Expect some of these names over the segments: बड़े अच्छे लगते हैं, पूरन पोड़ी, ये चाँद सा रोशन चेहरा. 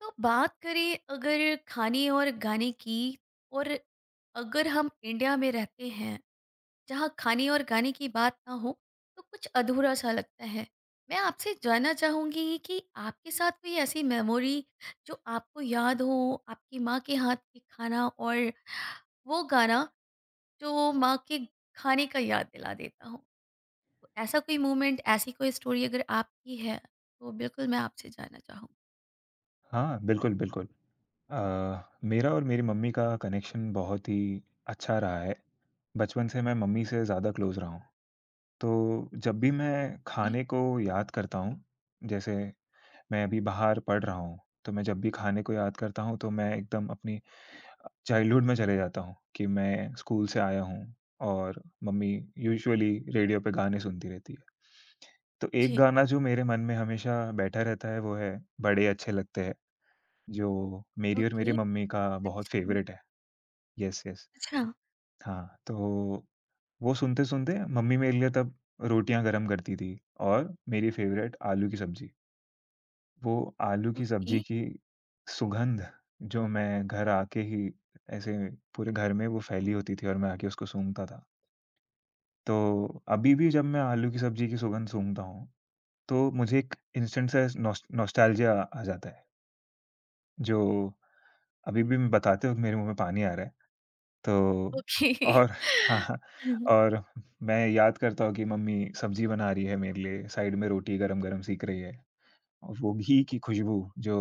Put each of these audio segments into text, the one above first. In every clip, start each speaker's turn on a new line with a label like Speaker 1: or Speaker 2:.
Speaker 1: तो बात करें अगर खाने और गाने की और अगर हम इंडिया में रहते हैं जहाँ खाने और गाने की बात ना हो तो कुछ अधूरा सा लगता है। मैं आपसे जानना चाहूँगी कि आपके साथ कोई ऐसी मेमोरी जो आपको याद हो आपकी माँ के हाथ के खाना और वो गाना जो माँ के खाने का याद दिला देता हो। तो ऐसा कोई मोमेंट ऐसी कोई स्टोरी अगर आपकी है तो बिल्कुल मैं आपसे जानना चाहूँगी।
Speaker 2: हाँ, बिल्कुल, बिल्कुल। अ, मेरा और मेरी मम्मी का कनेक्शन बहुत ही अच्छा रहा है। बचपन से मैं मम्मी से ज़्यादा क्लोज़ रहा हूँ। तो जब भी मैं खाने को याद करता हूँ, जैसे मैं अभी बाहर पढ़ रहा हूँ, तो मैं जब भी खाने को याद करता हूँ, तो मैं एकदम अपनी चाइल्डहुड में चले जाता हूँ कि मैं स्कूल से आया हूँ और मम्मी यूजुअली रेडियो पे गाने सुनती रहती है। तो एक
Speaker 1: जी।
Speaker 2: गाना जो मेरे मन में हमेशा बैठा रहता है, वो है, "बड़े अच्छे लगते हैं।" जो मेरी और मेरी
Speaker 1: Okay,
Speaker 2: मम्मी का बहुत
Speaker 1: nice.
Speaker 2: फ़ेवरेट है। Yes, yes.
Speaker 1: अच्छा।
Speaker 2: हाँ, तो वो सुनते-सुनते मम्मी मेरे लिए तब रोटियाँ गरम करती थी और मेरी फ़ेवरेट आलू की सब्ज़ी। वो आलू की
Speaker 1: ओके।
Speaker 2: सब्ज़ी की सुगंध जो मैं घर आके ही ऐसे पूरे घर में वो फैली होती थी और मैं आके उसको सूँघता था। तो अभी भी जब मैं आलू की सब्ज़ी की सुगंध सूँघता हूँ, तो मुझे एक इंस्टेंट सा नॉस्टैल्जिया आ जाता है, जो अभी भी मैं बताते वक़्त मेरे मुँह में पानी आ रहा है। तो
Speaker 1: ओके।
Speaker 2: और हाँ, हाँ,
Speaker 1: हुँ।
Speaker 2: और मैं याद करता हूँ कि मम्मी सब्ज़ी बना रही है मेरे लिए, साइड में रोटी गरम-गरम सेंक रही है और वो घी की खुशबू जो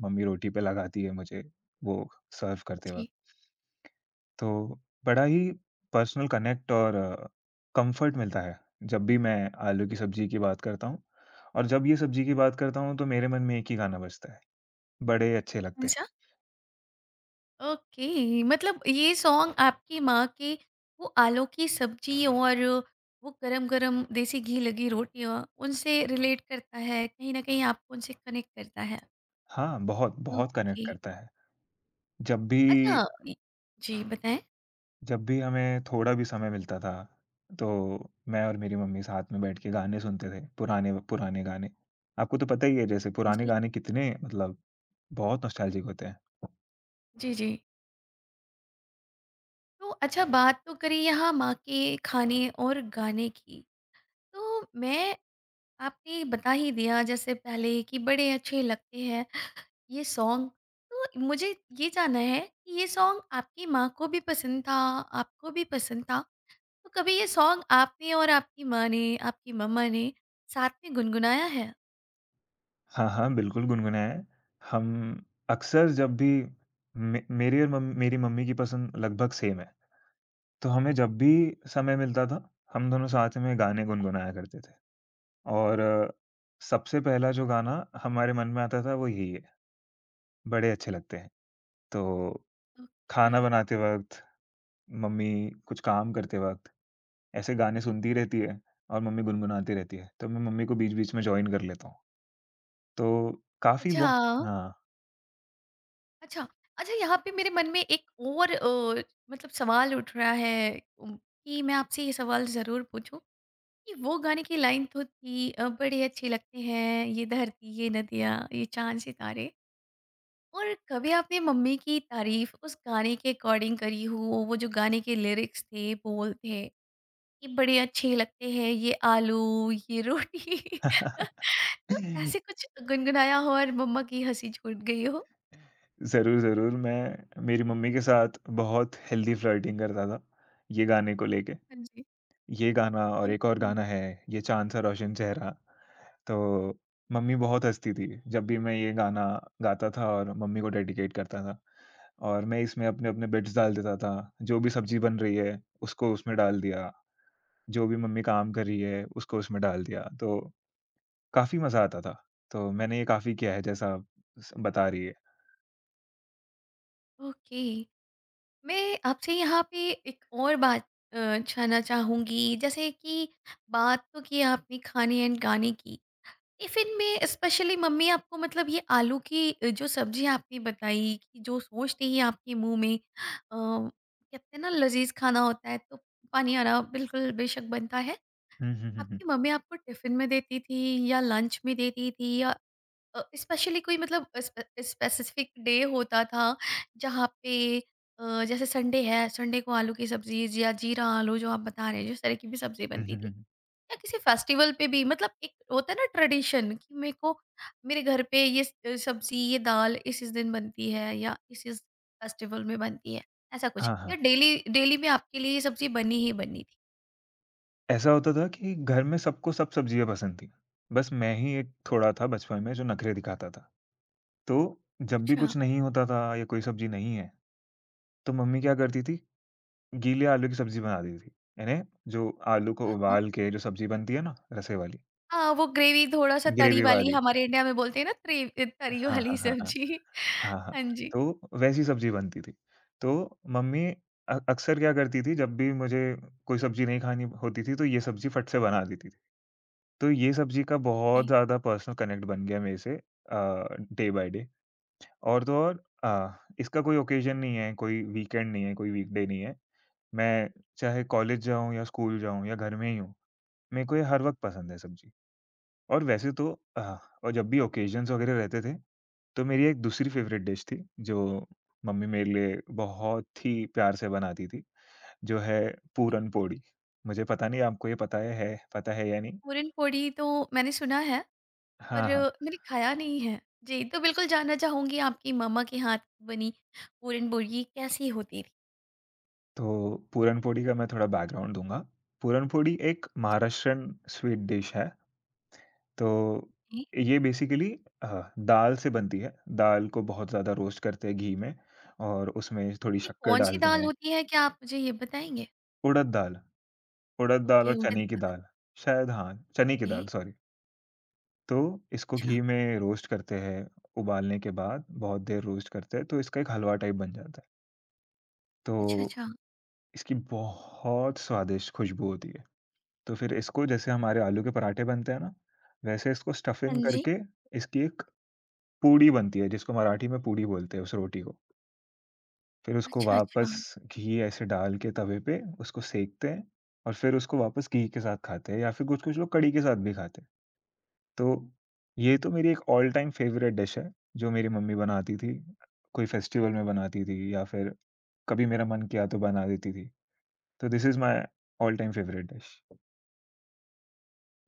Speaker 2: मम्मी रोटी पे लगाती है मुझे, वो सर्व करते वक़्त।
Speaker 1: जी,
Speaker 2: तो बड़ा ही पर्सनल कनेक्ट और कम्फ़र्ट मिलता है, जब भी मैं आलू की सब्ज़ी की बात करता हूँ और जब ये सब्ज़ी की बात करता हूँ, तो मेरे मन में एक ही गाना बजता है, बड़े अच्छे लगते हैं।
Speaker 1: कौन-सा? ओके, मतलब ये सॉन्ग आपकी माँ के वो आलू की सब्ज़ी और वो गरम-गरम देसी घी लगी रोटियाँ, उनसे रिलेट करता है, कहीं न कहीं आपको उनसे कनेक्ट करता है।
Speaker 2: हाँ, बहुत, बहुत
Speaker 1: ओके।
Speaker 2: कनेक्ट करता है। जब भी
Speaker 1: अच्छा इ जी, बताएँ?
Speaker 2: जब भी हमें थोड़ा भी समय मिलता था, तो मैं और मेरी मम्मी साथ में बैठ के गाने सुनते थे, पुराने पुराने गाने। आपको तो पता ही है जैसे
Speaker 1: हाँ
Speaker 2: पुराने
Speaker 1: जी।
Speaker 2: गाने कितने मतलब बहुत नॉस्टैल्जिक होते हैं।
Speaker 1: जी, जी। तो अच्छा बात तो करी यहाँ माँ के खाने और गाने की, तो मैं आपने बता ही दिया जैसे पहले कि बड़े अच्छे लगते हैं ये सॉन्ग। तो मुझे ये जानना है कि ये सॉन्ग आपकी माँ को भी पसंद था, आपको भी पसंद था। तो कभी ये सॉन्ग आपने और आपकी माँ ने, आपकी मम्मा ने साथ में गुनगुनाया है?
Speaker 2: हाँ, हाँ, बिल्कुल गुनगुनाए हैं। हम अक्सर जब भी मे मेरी और मम मेरी मम्मी की पसंद लगभग सेम है, तो हमें जब भी समय मिलता था, हम दोनों साथ में गाने गुनगुनाया करते थे। और सबसे पहला जो गाना हमारे मन में आता था वो यही है, बड़े अच्छे लगते हैं। तो खाना
Speaker 1: ओके।
Speaker 2: बनाते वक़्त, मम्मी कुछ काम करते वक़्त ऐसे गाने सुनती रहती है और मम्मी गुनगुनाती रहती है, तो मैं मम्मी को बीच-बीच में जॉइन कर लेता हूँ। तो काफ़ी वो
Speaker 1: अच्छा,
Speaker 2: हाँ।
Speaker 1: अच्छा। अच्छा यहाँ पे मेरे मन में एक और मतलब सवाल उठ रहा है, कि मैं आपसे ये सवाल ज़रूर पूछूँ कि वो गाने की लाइन तो थी बड़े अच्छे लगते हैं ये धरती, ये नदियाँ, ये चाँद सितारे। और कभी आपने मम्मी की तारीफ उस गाने के अकॉर्डिंग करी हो, वो जो गाने के लिरिक्स थे बोल थे ये बड़े अच्छे लगते हैं ये आलू ये रोटी। तो ऐसे कुछ गुनगुनाया हो और मम्मा की हंसी छूट गई हो।
Speaker 2: ज़रूर, ज़रूर, मैं मेरी मम्मी के साथ बहुत हेल्दी फ्लर्टिंग करता था, ये गाने को लेके।
Speaker 1: हाँ जी।
Speaker 2: ये गाना और एक और
Speaker 1: ओके।
Speaker 2: गाना है, ये चाँद सा रोशन चेहरा। तो मम्मी बहुत हँसती थी, जब भी मैं ये गाना गाता था और मम्मी को डेडिकेट करता था। और मैं इसमें अपने-अपने बिट्स डाल देता था। जो भी सब्ज़ी बन रही है, उसको उसमें डाल दिया। जो भी मम्मी काम कर रही है, उसको उसमें डाल दिया। तो काफ़ी मज़ा आता था। तो मैंने ये काफ़ी किया है जैसा आप स बता रही है।
Speaker 1: ओके। मैं आपसे यहाँ पे एक और बात जानना चाहूंगी जैसे कि बात तो की आपने खाने एंड गाने की। टिफिन में स्पेशली मम्मी आपको मतलब ये आलू की जो सब्जी आपने बताई कि जो सोचते ही आपके मुंह में कहते हैं ना लजीज खाना होता है तो पानी आना बिल्कुल बेशक बनता है।
Speaker 2: हुँ, हुँ, हुँ, हुँ।
Speaker 1: आपकी मम्मी आपको टिफिन में देती थी या लंच में देती थी या स्पेशली कोई मतलब स्पेसिफिक डे होता था जहाँ पे जैसे संडे है, संडे को आलू की सब्जी या जीरा आलू जो आप बता रहे हैं जिस तरह की भी सब्जी
Speaker 2: हुँ,
Speaker 1: बनती
Speaker 2: हुँ,
Speaker 1: थी,
Speaker 2: हुँ।
Speaker 1: या किसी फेस्टिवल पे भी मतलब एक होता है ना ट्रेडिशन कि मेरे को मेरे घर पे सब्जी ये दाल इस दिन बनती है या इस फेस्टिवल में बनती है, ऐसा कुछ,
Speaker 2: हाँ,
Speaker 1: या
Speaker 2: हाँ।
Speaker 1: डेली डेली में आपके लिए ये सब्जी बनी ही बनी थी।
Speaker 2: ऐसा होता था कि घर में सबको सब सब्ज़ियाँ पसंद थीं। बस मैं ही एक थोड़ा था बचपन में जो नखरे दिखाता था। तो जब भी
Speaker 1: अच्छा।
Speaker 2: कुछ नहीं होता था या कोई सब्ज़ी नहीं है तो मम्मी क्या करती थी, गीले आलू की सब्ज़ी बनाती थी। यानी जो आलू को
Speaker 1: हाँ
Speaker 2: उबाल के जो सब्ज़ी बनती है ना, रसे वाली,
Speaker 1: हाँ, वो ग्रेवी थोड़ा सा तरी
Speaker 2: ग्रेवी
Speaker 1: वाली,
Speaker 2: वाली।
Speaker 1: हमारे इंडिया में बोलते हैं ना तरी। तरी
Speaker 2: हाँ,
Speaker 1: वाली
Speaker 2: हाँ, हाँ, हाँ।
Speaker 1: सब्जी।
Speaker 2: हाँ, हाँ।
Speaker 1: हाँ जी।
Speaker 2: तो वैसी सब्ज़ी बनती थी। तो मम्मी अक्सर क्या करती थी जब भी मुझे कोई सब्ज़ी नहीं खानी होती थी, तो ये सब्ज़ी फट से बना देती थी। तो ये सब्ज़ी का बहुत
Speaker 1: जी,
Speaker 2: ज़्यादा पर्सनल कनेक्ट बन गया मेरे से डे बाय डे। और तो और इसका कोई ओकेज़न नहीं है, कोई वीकेंड नहीं है, कोई वीकडे नहीं है। मैं चाहे कॉलेज जाऊँ या स्कूल जाऊँ या घर में ही हूँ, मेरे को ये हर वक़्त पसंद है सब्ज़ी। और वैसे तो अह और जब भी ओकेजन्स वग़ैरह रहते थे, तो मेरी एक दूसरी फ़ेवरेट डिश थी, जो मम्मी मेरे लिए बहुत ही प्यार से बनाती थी, जो है
Speaker 1: जी।
Speaker 2: पूरन पोड़ी। मुझे पता नहीं आपको ये पता है या नहीं?
Speaker 1: पूरन पोड़ी तो मैंने सुना है,
Speaker 2: हाँ,
Speaker 1: पर
Speaker 2: हाँ।
Speaker 1: मैंने खाया नहीं है। जी, तो बिल्कुल जानना चाहूंगी आपकी मम्मा के हाथ की बनी पूरन पोड़ी कैसी होती थी।
Speaker 2: तो पूरन पोड़ी का मैं थोड़ा बैकग्राउंड दूँगा। पूरन पोड़ी एक महाराष्ट्रियन स्वीट डिश है। तो
Speaker 1: ओके,
Speaker 2: ये बेसिकली हाँ, दाल से बनती है। दाल को बहुत ज़्यादा रोस्ट करते हैं घी में और उसमें थोड़ी
Speaker 1: ये
Speaker 2: शक्कर
Speaker 1: कौन-सी
Speaker 2: डालते
Speaker 1: दाल
Speaker 2: हैं।
Speaker 1: होती है? क्या आप मुझे ये बताएँगे?
Speaker 2: उड़द दाल उड़द दाल
Speaker 1: ओके,
Speaker 2: और
Speaker 1: उड़द
Speaker 2: चने की
Speaker 1: दाल।
Speaker 2: दाल, शायद हाँ, चने की
Speaker 1: ओके,
Speaker 2: दाल सॉरी। तो इसको
Speaker 1: अच्छा।
Speaker 2: घी में रोस्ट करते हैं, उबालने के बाद बहुत देर रोस्ट करते हैं, तो इसका एक हलवा टाइप बन जाता है। तो
Speaker 1: अच्छा, अच्छा।
Speaker 2: इसकी बहुत स्वादिष्ट खुशबू होती है। तो फिर इसको जैसे हमारे आलू के पराठे बनते हैं ना, वैसे इसको
Speaker 1: हाँ
Speaker 2: स्टफिंग
Speaker 1: जी।
Speaker 2: करके इसकी एक पूड़ी बनती है, जिसको मराठी में पूड़ी बोलते हैं उस रोटी को। फिर उसको
Speaker 1: अच्छा, अच्छा।
Speaker 2: वापस घी ऐसे डाल के तवे पे उसको सेंकते हैं और फिर उसको वापस घी के साथ खाते हैं या फिर कुछ-कुछ लोग कढ़ी के साथ भी खाते हैं। तो ये तो मेरी एक ऑल टाइम फ़ेवरेट डिश है, जो मेरी मम्मी बनाती थी। कोई फेस्टिवल में बनाती थी या फिर कभी मेरा मन किया तो बना देती थी। तो this is my all time favourite dish.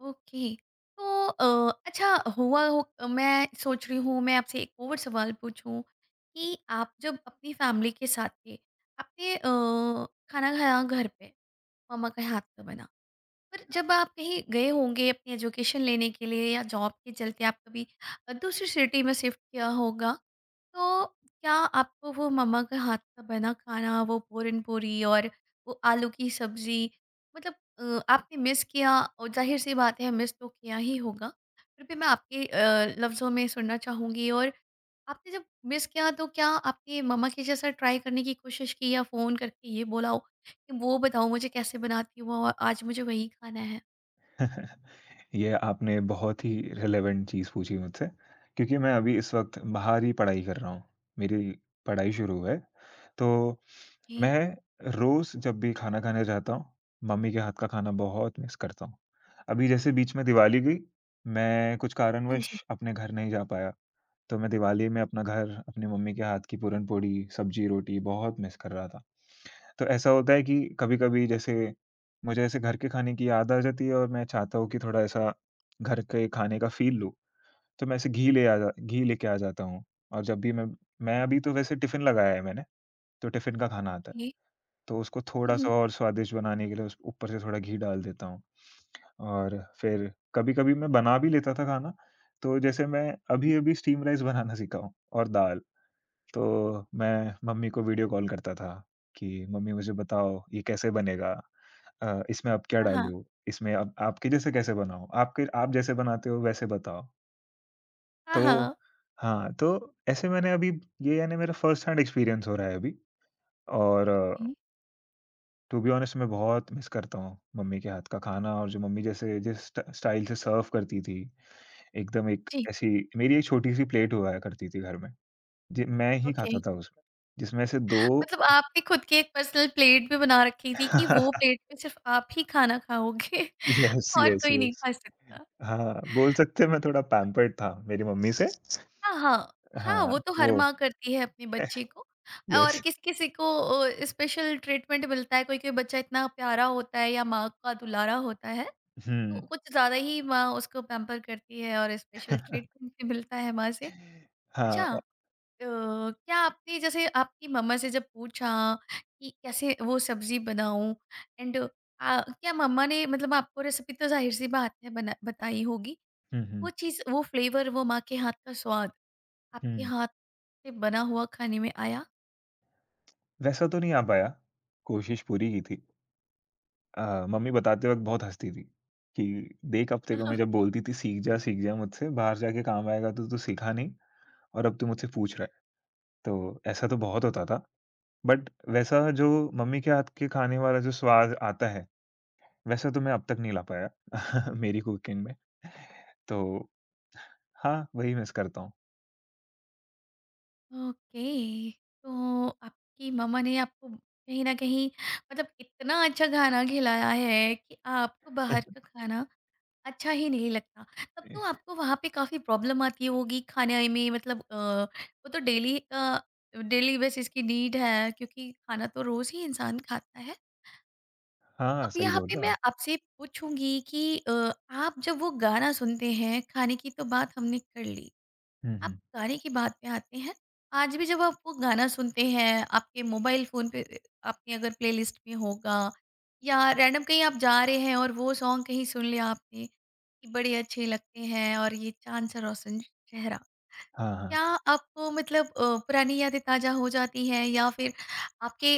Speaker 1: Okay. तो अच्छा हुआ हो, मैं सोच रही हूँ मैं आपसे एक और सवाल पूछूँ कि आप जब अपनी फ़ैमिली के साथ थे, आपने खाना खाया घर पे, मम्मा के हाथ का बना। पर जब आप कहीं गए होंगे अपनी एजुकेशन लेने के लिए या जॉब के चलते आप कभी दूसरी सिटी में शिफ्ट किया होगा, तो क्या आपको वो मम्मा के हाथ का बना खाना, वो पूरन पूरी और वो आलू की सब्ज़ी, मतलब आपने मिस किया? और ज़ाहिर-सी बात है मिस तो किया ही होगा। फिर भी मैं आपके लफ्ज़ों में सुनना चाहूँगी, और आपने जब मिस किया तो क्या आपने मम्मा के जैसा ट्राई करने की कोशिश की, या फ़ोन करके ये बोला हो कि वो बताओ मुझे कैसे बनाती हो और आज मुझे वही खाना है?
Speaker 2: ये आपने बहुत ही रिलेवेंट चीज़ पूछी मुझसे क्योंकि मैं अभी इस वक़्त बाहर ही पढ़ाई कर रहा हूँ। मेरी पढ़ाई शुरू है, तो
Speaker 1: ओके,
Speaker 2: मैं रोज़ जब भी खाना खाने जाता हूँ, मम्मी के हाथ का खाना बहुत मिस करता हूँ। अभी जैसे बीच में दिवाली गई, मैं कुछ
Speaker 1: हाँ
Speaker 2: कारणवश
Speaker 1: जी,
Speaker 2: अपने घर नहीं जा पाया, तो मैं दिवाली में अपना घर, अपनी मम्मी के हाथ की पूरन-पोड़ी, सब्जी-रोटी बहुत मिस कर रहा था। तो ऐसा होता है कि कभी-कभी जैसे मुझे ऐसे घर के खाने की याद आ जाती है और मैं चाहता हूँ कि थोड़ा ऐसा घर के खाने का फ़ील लूँ, तो मैं ऐसे घी लेके आ जाता हूँ। और जब भी मैं अभी तो वैसे टिफ़िन लगाया है मैंने, तो टिफ़िन का खाना आता है।
Speaker 1: ओके।
Speaker 2: तो उसको
Speaker 1: हुँ,
Speaker 2: थोड़ा-सा
Speaker 1: हुँ,
Speaker 2: और स्वादिष्ट बनाने के लिए उस ऊपर से थोड़ा घी डाल देता हूँ। और फिर कभी-कभी मैं बना भी लेता था खाना, तो जैसे मैं
Speaker 1: हुँ, हुँ।
Speaker 2: अभी-अभी स्टीम राइस बनाना सीखा हूँ और दाल। तो मैं मम्मी को वीडियो कॉल करता था कि, "मम्मी मुझे बताओ ये कैसे बनेगा? इसमें अब क्या
Speaker 1: हाँ, हाँ।
Speaker 2: डालूँ? इसमेँ अब आपके जैसे कैसे बनाऊँ? आपके आप जैसे बनाते हो वैसे बताओ।"
Speaker 1: हाँ,
Speaker 2: तो
Speaker 1: हाँ।
Speaker 2: हाँ, तो ऐसे मैंने अभी ये यानी मेरा फर्स्ट हैंड एक्सपीरियंस हो रहा है अभी और
Speaker 1: ओके,
Speaker 2: टू बी ऑनेस्ट मैं बहुत मिस करता हूँ मम्मी के हाथ का खाना और जो मम्मी जैसे जिस स्टाइल से सर्व करती थी, एकदम एक
Speaker 1: जी,
Speaker 2: ऐसी मेरी एक छोटी-सी प्लेट हुआ करती थी घर में, जी मैं ही
Speaker 1: ओके।
Speaker 2: खाता था उसमें, जिसमें से 2
Speaker 1: मतलब आपने खुद की एक पर्सनल प्लेट भी बना रखी थी कि वो प्लेट में सिर्फ़ आप ही खाना खाओगे,
Speaker 2: यस,
Speaker 1: और
Speaker 2: यस,
Speaker 1: कोई नहीं
Speaker 2: यस।
Speaker 1: खा सकता।
Speaker 2: हाँ, बोल सकते हैं मैं थोड़ा पैम्पर्ड था मेरी मम्मी से।
Speaker 1: हाँ, हाँ। हाँ,
Speaker 2: हाँ,
Speaker 1: वो तो हर
Speaker 2: वो
Speaker 1: माँ करती है अपने बच्चे को। और
Speaker 2: यस
Speaker 1: किसी-किसी को स्पेशल ट्रीटमेंट मिलता है, कोई-कोई बच्चा इतना प्यारा होता है या माँ का दुलारा होता है, तो
Speaker 2: हुँ।
Speaker 1: कुछ ज़्यादा ही माँ उसको पैम्पर करती है और स्पेशल ट्रीटमेंट भी मिलता है माँ से। अच्छा,
Speaker 2: हाँ औ
Speaker 1: क्या आपने जैसे आपकी मम्मा से जब पूछा कि कैसे वो सब्जी बनाऊं, एंड क्या मम्मा ने मतलब आपको रेसिपी तो जाहिर सी बात है बना बताई होगी,
Speaker 2: हुँ,
Speaker 1: वो
Speaker 2: हुँ,
Speaker 1: चीज़ वो फ्लेवर वो माँ के हाथ का स्वाद आपके
Speaker 2: हुँ।
Speaker 1: हाथ से बना हुआ खाने में आया?
Speaker 2: वैसा तो नहीं आ पाया, कोशिश पूरी की थी। मम्मी बताते वक़्त बहुत हँसती थी कि देख अब तेको मैं जब
Speaker 1: ओके।
Speaker 2: बोलती थी सीख जा मुझसे, बाहर जाके काम आएगा तो तू सीखा नहीं और अब तू मुझसे पूछ रहा है। तो ऐसा तो बहुत होता था। बट वैसा जो मम्मी के हाथ के खाने वाला जो स्वाद आता है वैसे तो मैं अब तक नहीं ला पाया मेरी कुकिंग में, तो हाँ, वही मिस करता हूँ।
Speaker 1: ओके, तो आपकी मम्मा ने आपको कहीं ना कहीं मतलब इतना अच्छा खाना खिलाया है कि आपको बाहर का खाना अच्छा ही नहीं लगता। तब तो आपको वहाँ पे काफ़ी प्रॉब्लम आती होगी खाने में, मतलब वो तो डेली का, डेली बेसिस की नीड है क्योंकि खाना तो रोज़ ही इंसान खाता है।
Speaker 2: हाँ,
Speaker 1: अब
Speaker 2: सही
Speaker 1: यहाँ
Speaker 2: बोल
Speaker 1: पे
Speaker 2: रहे हो
Speaker 1: मैं
Speaker 2: आप।
Speaker 1: आपसे पूछूँगी कि अ, आप जब वो गाना सुनते हैं, खाने की तो बात हमने कर ली।
Speaker 2: हुँ,
Speaker 1: आप
Speaker 2: हुँ।
Speaker 1: गाने की बात में आते हैं। आज भी जब आप वो गाना सुनते हैं, आपके मोबाइल फ़ोन पे आपने अगर प्लेलिस्ट में होगा, या रैंडम कहीं आप जा रहे हैं और वो सॉन्ग कहीं सुन लिया आपने, कि बड़े अच्छे लगते हैं और ये चाँद सा रोशन चेहरा।
Speaker 2: हाँ, हाँ।
Speaker 1: क्या आपको मतलब पुरानी यादें ताज़ा हो जाती हैं, या फिर आपके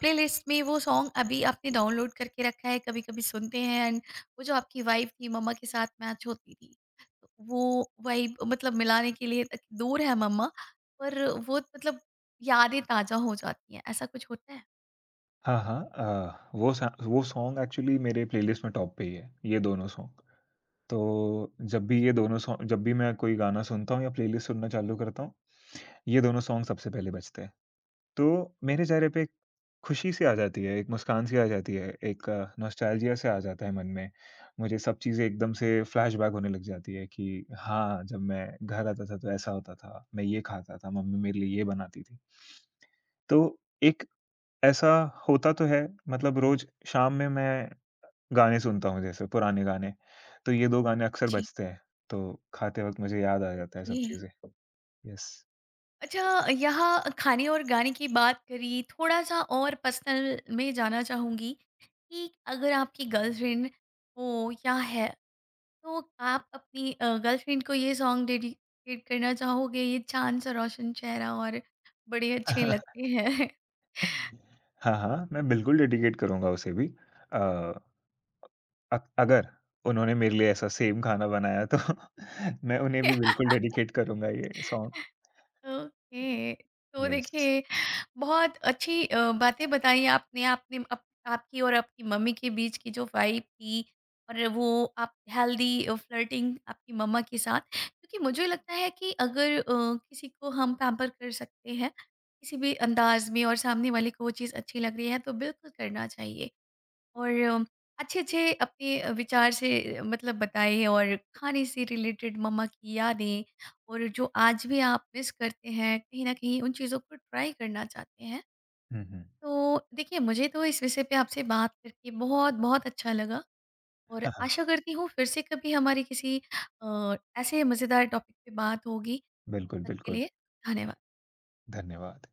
Speaker 1: प्लेलिस्ट में वो सॉन्ग अभी आपने डाउनलोड करके रखा है कभी-कभी सुनते हैं, एंड वो जो आपकी वाइब थी मम्मा के साथ मैच होती थी, तो वो वाइब मतलब मिलाने के लिए तक दूर है मम्मा, पर वो मतलब यादें ताज़ा हो जाती हैं, ऐसा कुछ होता है?
Speaker 2: हाँ, हाँ वो सॉन्ग एक्चुअली मेरे प्लेलिस्ट में टॉप पे ही है, ये दोनों सॉन्ग। तो जब भी
Speaker 1: जी,
Speaker 2: ये दोनों सॉन्ग जब भी मैं कोई गाना सुनता हूँ या प्लेलिस्ट सुनना चालू करता हूँ, ये दोनों सॉन्ग सबसे पहले बजते हैं। तो मेरे चेहरे पे एक खुशी सी आ जाती है, एक मुस्कान सी आ जाती है, एक नॉस्टैल्जिया सा आ जाता है मन में। मुझे सब चीज़ें एकदम से फ्लैशबैक होने लग जाती है कि हाँ, जब मैं घर आता था तो ऐसा होता था, मैं ये खाता था, मम्मी मेरे लिए ये बनाती थी। तो एक ऐसा होता तो है मतलब रोज़ शाम में मैं गाने सुनता हूँ जैसे पुराने गाने, तो ये 2 गाने अक्सर
Speaker 1: जी,
Speaker 2: बजते हैं, तो खाते वक़्त मुझे याद आ जाता है सब
Speaker 1: ओके।
Speaker 2: चीज़ें। यस।
Speaker 1: अच्छा, यहाँ खाने और गाने की बात करी, थोड़ा-सा और पर्सनल में जाना चाहूँगी कि अगर आपकी गर्लफ्रेंड हो या है, तो आप अपनी गर्लफ्रेंड को ये सॉन्ग डेडिकेट करना चाहोगे, ये चाँद सा रोशन चेहरा और बड़े अच्छे लगते हैं।
Speaker 2: हाँ, हाँ, मैं बिल्कुल डेडिकेट करूँगा उसे भी। अ, अगर उन्होंने मेरे लिए ऐसा सेम खाना बनाया तो मैं उन्हें भी बिल्कुल डेडिकेट करूँगा ये सॉन्ग।
Speaker 1: ओके, तो
Speaker 2: येस।
Speaker 1: देखिए, बहुत अच्छी बातें बताई, आपने आपने अप, आपकी और आपकी मम्मी के बीच की जो वाइब थी, और वो आप हेल्दी फ्लर्टिंग आपकी मम्मा के साथ, क्योंकि मुझे लगता है कि अगर किसी को हम पैम्पर कर सकते हैं किसी भी अंदाज में और सामने वाले को वो चीज़ अच्छी लग रही है तो बिल्कुल करना चाहिए, और अच्छे अच्छे अपने विचार से मतलब बताए, और खाने से रिलेटेड मम्मा की यादें, और जो आज भी आप मिस करते हैं कहीं ना कहीं उन चीज़ों को ट्राई करना चाहते हैं।
Speaker 2: हुँ, हुँ।
Speaker 1: तो देखिए मुझे तो इस विषय पे आपसे बात करके बहुत बहुत अच्छा लगा, और
Speaker 2: हाँ, हाँ।
Speaker 1: आशा करती हूँ फिर से कभी हमारी किसी ऐसे मज़ेदार टॉपिक पे बात होगी। तब
Speaker 2: बिल्कुल,
Speaker 1: तक के
Speaker 2: बिल्कुल।
Speaker 1: लिए धन्यवाद।
Speaker 2: धन्यवाद।